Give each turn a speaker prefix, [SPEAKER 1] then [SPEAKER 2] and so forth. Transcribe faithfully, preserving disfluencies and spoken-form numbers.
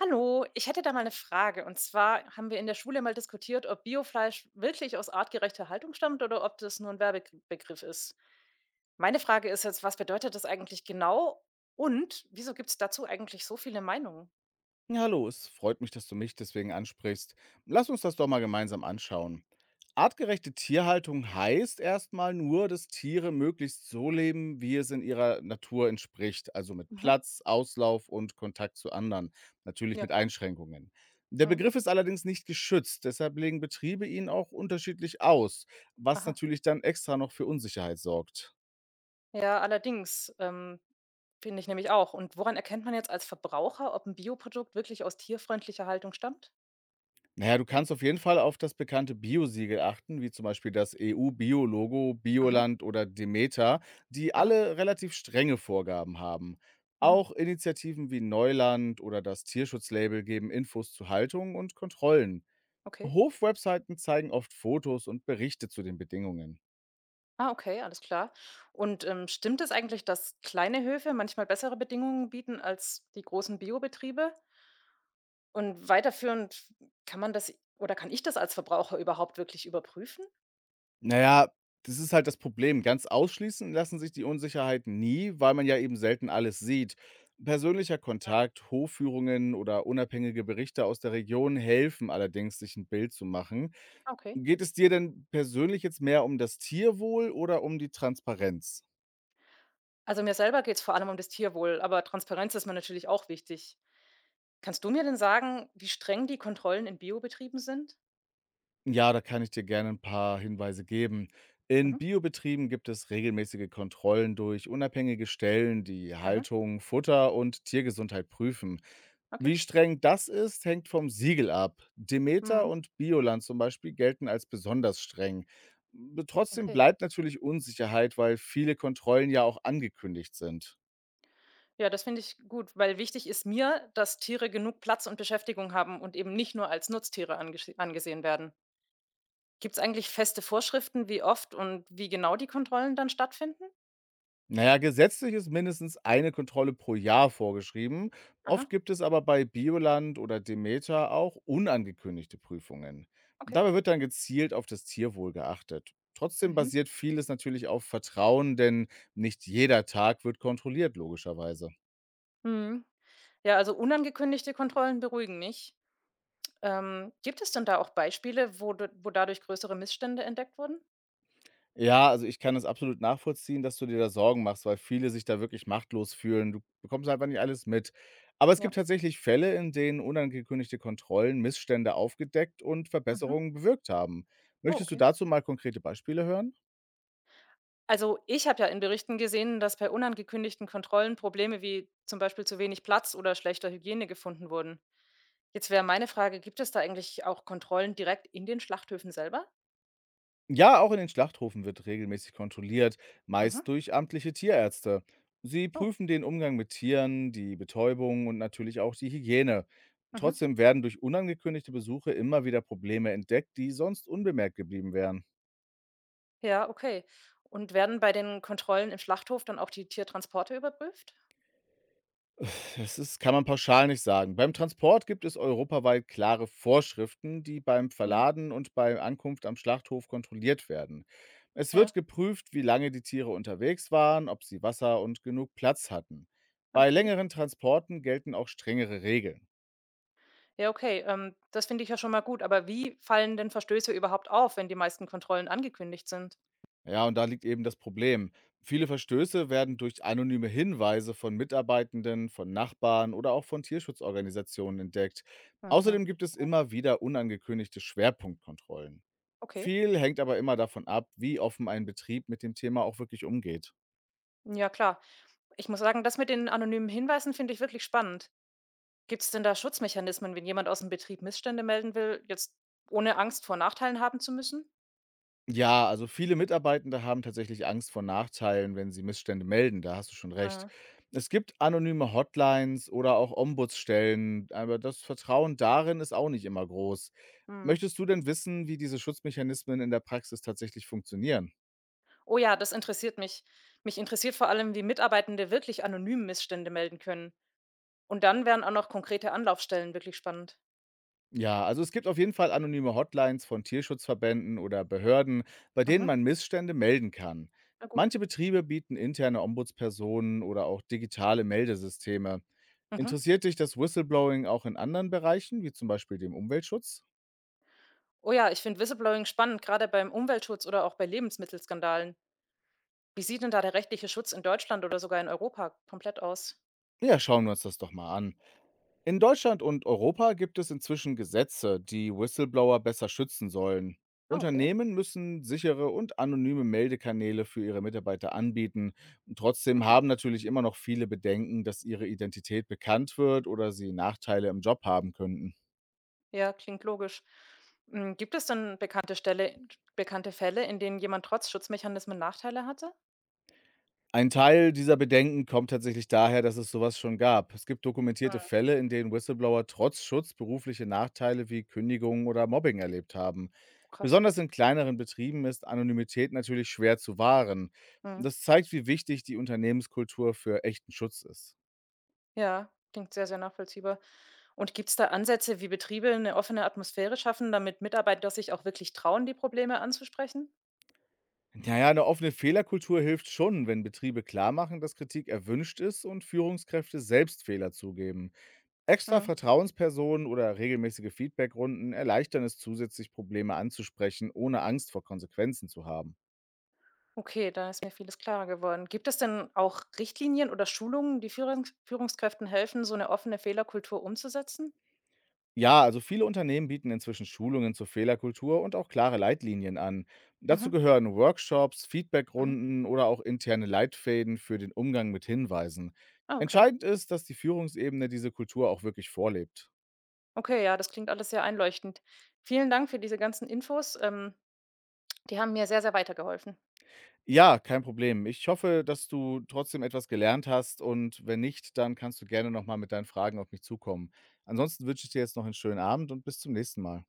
[SPEAKER 1] Hallo, ich hätte da mal eine Frage. Und zwar haben wir in der Schule mal diskutiert, ob Biofleisch wirklich aus artgerechter Haltung stammt oder ob das nur ein Werbebegriff ist. Meine Frage ist jetzt, was bedeutet das eigentlich genau und wieso gibt es dazu eigentlich so viele Meinungen?
[SPEAKER 2] Ja, hallo, es freut mich, dass du mich deswegen ansprichst. Lass uns das doch mal gemeinsam anschauen. Artgerechte Tierhaltung heißt erstmal nur, dass Tiere möglichst so leben, wie es in ihrer Natur entspricht, also mit
[SPEAKER 1] Mhm.
[SPEAKER 2] Platz, Auslauf und Kontakt zu anderen, natürlich
[SPEAKER 1] Ja,
[SPEAKER 2] mit
[SPEAKER 1] klar.
[SPEAKER 2] Einschränkungen. Der
[SPEAKER 1] Hm.
[SPEAKER 2] Begriff ist allerdings nicht geschützt, deshalb legen Betriebe ihn auch unterschiedlich aus, was
[SPEAKER 1] Aha.
[SPEAKER 2] natürlich dann extra noch für Unsicherheit sorgt.
[SPEAKER 1] Ja, allerdings ähm, finde ich nämlich auch. Und woran erkennt man jetzt als Verbraucher, ob ein Bioprodukt wirklich aus tierfreundlicher Haltung stammt?
[SPEAKER 2] Na ja, du kannst auf jeden Fall auf das bekannte Bio-Siegel achten, wie zum Beispiel das E U-Bio-Logo,
[SPEAKER 1] Mhm.
[SPEAKER 2] Bioland oder Demeter, die
[SPEAKER 1] Aha.
[SPEAKER 2] alle relativ strenge Vorgaben haben.
[SPEAKER 1] Mhm.
[SPEAKER 2] Auch Initiativen wie Neuland oder das Tierschutzlabel geben Infos zu Haltung und Kontrollen.
[SPEAKER 1] Okay.
[SPEAKER 2] Hofwebseiten zeigen oft Fotos und Berichte zu den Bedingungen.
[SPEAKER 1] Ah, okay, alles klar. Und, ähm, stimmt es eigentlich, dass kleine Höfe manchmal bessere Bedingungen bieten als die großen Biobetriebe? Und weiterführend, kann man das oder kann ich das als Verbraucher überhaupt wirklich überprüfen?
[SPEAKER 2] Na ja, das ist halt das Problem. Ganz ausschließen lassen sich die Unsicherheiten nie, weil man ja eben selten alles sieht. Persönlicher Kontakt, Hofführungen oder unabhängige Berichte aus der Region helfen allerdings, sich ein Bild zu machen.
[SPEAKER 1] Ah, okay.
[SPEAKER 2] Geht es dir denn persönlich jetzt mehr um das Tierwohl oder um die Transparenz?
[SPEAKER 1] Also mir selber geht es vor allem um das Tierwohl, aber Transparenz ist mir natürlich auch wichtig. Kannst du mir denn sagen, wie streng die Kontrollen in Biobetrieben sind?
[SPEAKER 2] Ja, da kann ich dir gerne ein paar Hinweise geben. In
[SPEAKER 1] Mhm.
[SPEAKER 2] Biobetrieben gibt es regelmäßige Kontrollen durch unabhängige Stellen, die
[SPEAKER 1] Aha,
[SPEAKER 2] Haltung, Futter und Tiergesundheit prüfen.
[SPEAKER 1] okay.
[SPEAKER 2] Wie streng das ist, hängt vom Siegel ab. Demeter
[SPEAKER 1] Mhm.
[SPEAKER 2] und Bioland zum Beispiel gelten als besonders streng. B trotzdem
[SPEAKER 1] Okay.
[SPEAKER 2] bleibt natürlich Unsicherheit, weil viele Kontrollen ja auch angekündigt sind.
[SPEAKER 1] Ja, das finde ich gut, weil wichtig ist mir, dass Tiere genug Platz und Beschäftigung haben und eben nicht nur als Nutztiere angesche- angesehen werden. Gibt es eigentlich feste Vorschriften, wie oft und wie genau die Kontrollen dann stattfinden?
[SPEAKER 2] Naja, gesetzlich ist mindestens eine Kontrolle pro Jahr vorgeschrieben.
[SPEAKER 1] Aha,
[SPEAKER 2] Oft gibt es aber bei Bioland oder Demeter auch unangekündigte Prüfungen.
[SPEAKER 1] okay.
[SPEAKER 2] Dabei wird dann gezielt auf das Tierwohl geachtet. Trotzdem
[SPEAKER 1] Mhm.
[SPEAKER 2] basiert vieles natürlich auf Vertrauen, denn nicht jeder Tag wird kontrolliert, logischerweise.
[SPEAKER 1] Mhm. Ja, also unangekündigte Kontrollen beruhigen mich. Ähm, gibt es denn da auch Beispiele, wo, du, wo dadurch größere Missstände entdeckt wurden?
[SPEAKER 2] Ja, also ich kann das absolut nachvollziehen, dass du dir da Sorgen machst, weil viele sich da wirklich machtlos fühlen. Du bekommst einfach nicht alles mit. Aber es gibt
[SPEAKER 1] Ja.
[SPEAKER 2] tatsächlich Fälle, in denen unangekündigte Kontrollen Missstände aufgedeckt und
[SPEAKER 1] Mhm.
[SPEAKER 2] Verbesserungen bewirkt haben.
[SPEAKER 1] Oh,
[SPEAKER 2] Möchtest du
[SPEAKER 1] okay.
[SPEAKER 2] dazu mal konkrete Beispiele hören?
[SPEAKER 1] Also ich habe ja in Berichten gesehen, dass bei unangekündigten Kontrollen Probleme wie zum Beispiel zu wenig Platz oder schlechter Hygiene gefunden wurden. Jetzt wäre meine Frage, gibt es da eigentlich auch Kontrollen direkt in den Schlachthöfen selber?
[SPEAKER 2] Ja, auch in den Schlachthofen wird regelmäßig kontrolliert,
[SPEAKER 1] Mhm.
[SPEAKER 2] meist durch amtliche Tierärzte. Sie
[SPEAKER 1] Oh.
[SPEAKER 2] prüfen den Umgang mit Tieren, die Betäubung und natürlich auch die Hygiene.
[SPEAKER 1] Mhm.
[SPEAKER 2] Trotzdem werden durch unangekündigte Besuche immer wieder Probleme entdeckt, die sonst unbemerkt geblieben wären.
[SPEAKER 1] Ja, okay. Und werden bei den Kontrollen im Schlachthof dann auch die Tiertransporte überprüft?
[SPEAKER 2] Das ist, kann man pauschal nicht sagen. Beim Transport gibt es europaweit klare Vorschriften, die beim
[SPEAKER 1] Mhm.
[SPEAKER 2] Verladen und bei Ankunft am Schlachthof kontrolliert werden. Es wird
[SPEAKER 1] Ja.
[SPEAKER 2] geprüft, wie lange die Tiere unterwegs waren, ob sie Wasser und genug Platz hatten. Bei
[SPEAKER 1] Okay.
[SPEAKER 2] längeren Transporten gelten auch strengere Regeln.
[SPEAKER 1] Ja, okay. Ähm, das finde ich ja schon mal gut. Aber wie fallen denn Verstöße überhaupt auf, wenn die meisten Kontrollen angekündigt sind?
[SPEAKER 2] Ja, und da liegt eben das Problem. Viele Verstöße werden durch anonyme Hinweise von Mitarbeitenden, von Nachbarn oder auch von Tierschutzorganisationen entdeckt.
[SPEAKER 1] Mhm.
[SPEAKER 2] Außerdem gibt es immer wieder unangekündigte Schwerpunktkontrollen.
[SPEAKER 1] Okay.
[SPEAKER 2] Viel hängt aber immer davon ab, wie offen ein Betrieb mit dem Thema auch wirklich umgeht.
[SPEAKER 1] Ja, klar. Ich muss sagen, das mit den anonymen Hinweisen finde ich wirklich spannend. Gibt es denn da Schutzmechanismen, wenn jemand aus dem Betrieb Missstände melden will, jetzt ohne Angst vor Nachteilen haben zu müssen?
[SPEAKER 2] Ja, also viele Mitarbeitende haben tatsächlich Angst vor Nachteilen, wenn sie Missstände melden, da hast du schon recht.
[SPEAKER 1] Mhm.
[SPEAKER 2] Es gibt anonyme Hotlines oder auch Ombudsstellen, aber das Vertrauen darin ist auch nicht immer groß.
[SPEAKER 1] Mhm.
[SPEAKER 2] Möchtest du denn wissen, wie diese Schutzmechanismen in der Praxis tatsächlich funktionieren?
[SPEAKER 1] Oh ja, das interessiert mich. Mich interessiert vor allem, wie Mitarbeitende wirklich anonym Missstände melden können. Und dann wären auch noch konkrete Anlaufstellen wirklich spannend.
[SPEAKER 2] Ja, also es gibt auf jeden Fall anonyme Hotlines von Tierschutzverbänden oder Behörden, bei denen
[SPEAKER 1] Mhm.
[SPEAKER 2] man Missstände melden kann.
[SPEAKER 1] Na gut.
[SPEAKER 2] Manche Betriebe bieten interne Ombudspersonen oder auch digitale Meldesysteme.
[SPEAKER 1] Mhm.
[SPEAKER 2] Interessiert dich das Whistleblowing auch in anderen Bereichen, wie zum Beispiel dem Umweltschutz?
[SPEAKER 1] Oh ja, ich finde Whistleblowing spannend, gerade beim Umweltschutz oder auch bei Lebensmittelskandalen. Wie sieht denn da der rechtliche Schutz in Deutschland oder sogar in Europa komplett aus?
[SPEAKER 2] Ja, schauen wir uns das doch mal an. In Deutschland und Europa gibt es inzwischen Gesetze, die Whistleblower besser schützen sollen.
[SPEAKER 1] Ah, okay.
[SPEAKER 2] Unternehmen müssen sichere und anonyme Meldekanäle für ihre Mitarbeiter anbieten. Und trotzdem
[SPEAKER 1] Okay.
[SPEAKER 2] haben natürlich immer noch viele Bedenken, dass ihre Identität bekannt wird oder sie Nachteile im Job haben könnten.
[SPEAKER 1] Ja, klingt logisch. Mm, Gibt es denn bekannte Stelle, bekannte Fälle, in denen jemand trotz Schutzmechanismen Nachteile hatte?
[SPEAKER 2] Ein Teil dieser Bedenken kommt tatsächlich daher, dass es sowas schon gab. Es gibt dokumentierte
[SPEAKER 1] Mhm.
[SPEAKER 2] Fälle, in denen Whistleblower trotz Schutz berufliche Nachteile wie Kündigungen oder Mobbing erlebt haben.
[SPEAKER 1] Oh, krass.
[SPEAKER 2] Besonders in kleineren Betrieben ist Anonymität natürlich schwer zu wahren.
[SPEAKER 1] Mhm.
[SPEAKER 2] Das zeigt, wie wichtig die Unternehmenskultur für echten Schutz ist.
[SPEAKER 1] Ja, klingt sehr, sehr nachvollziehbar. Und gibt es da Ansätze, wie Betriebe eine offene Atmosphäre schaffen, damit Mitarbeiter sich auch wirklich trauen, die Probleme anzusprechen?
[SPEAKER 2] Naja, eine offene Fehlerkultur hilft schon, wenn Betriebe klar machen, dass Kritik erwünscht ist und Führungskräfte selbst Fehler zugeben. Extra
[SPEAKER 1] Mhm.
[SPEAKER 2] Vertrauenspersonen oder regelmäßige Feedbackrunden erleichtern es zusätzlich, Probleme anzusprechen, ohne Angst vor Konsequenzen zu haben.
[SPEAKER 1] Okay, da ist mir vieles klarer geworden. Gibt es denn auch Richtlinien oder Schulungen, die Führungs Führungskräften helfen, so eine offene Fehlerkultur umzusetzen?
[SPEAKER 2] Ja, also viele Unternehmen bieten inzwischen Schulungen zur Fehlerkultur und auch klare Leitlinien an. Dazu
[SPEAKER 1] Mhm.
[SPEAKER 2] gehören Workshops,
[SPEAKER 1] Mhm.
[SPEAKER 2] Feedbackrunden oder auch interne Leitfäden für den Umgang mit Hinweisen.
[SPEAKER 1] Ah, okay.
[SPEAKER 2] Entscheidend ist, dass die Führungsebene diese Kultur auch wirklich vorlebt.
[SPEAKER 1] Okay, ja, das klingt alles sehr einleuchtend. Vielen Dank für diese ganzen Infos. Ähm, die haben mir sehr, sehr weitergeholfen.
[SPEAKER 2] Ja, kein Problem. Ich hoffe, dass du trotzdem etwas gelernt hast und wenn nicht, dann kannst du gerne noch mal mit deinen Fragen auf mich zukommen. Ansonsten wünsche ich dir jetzt noch einen schönen Abend und bis zum nächsten Mal.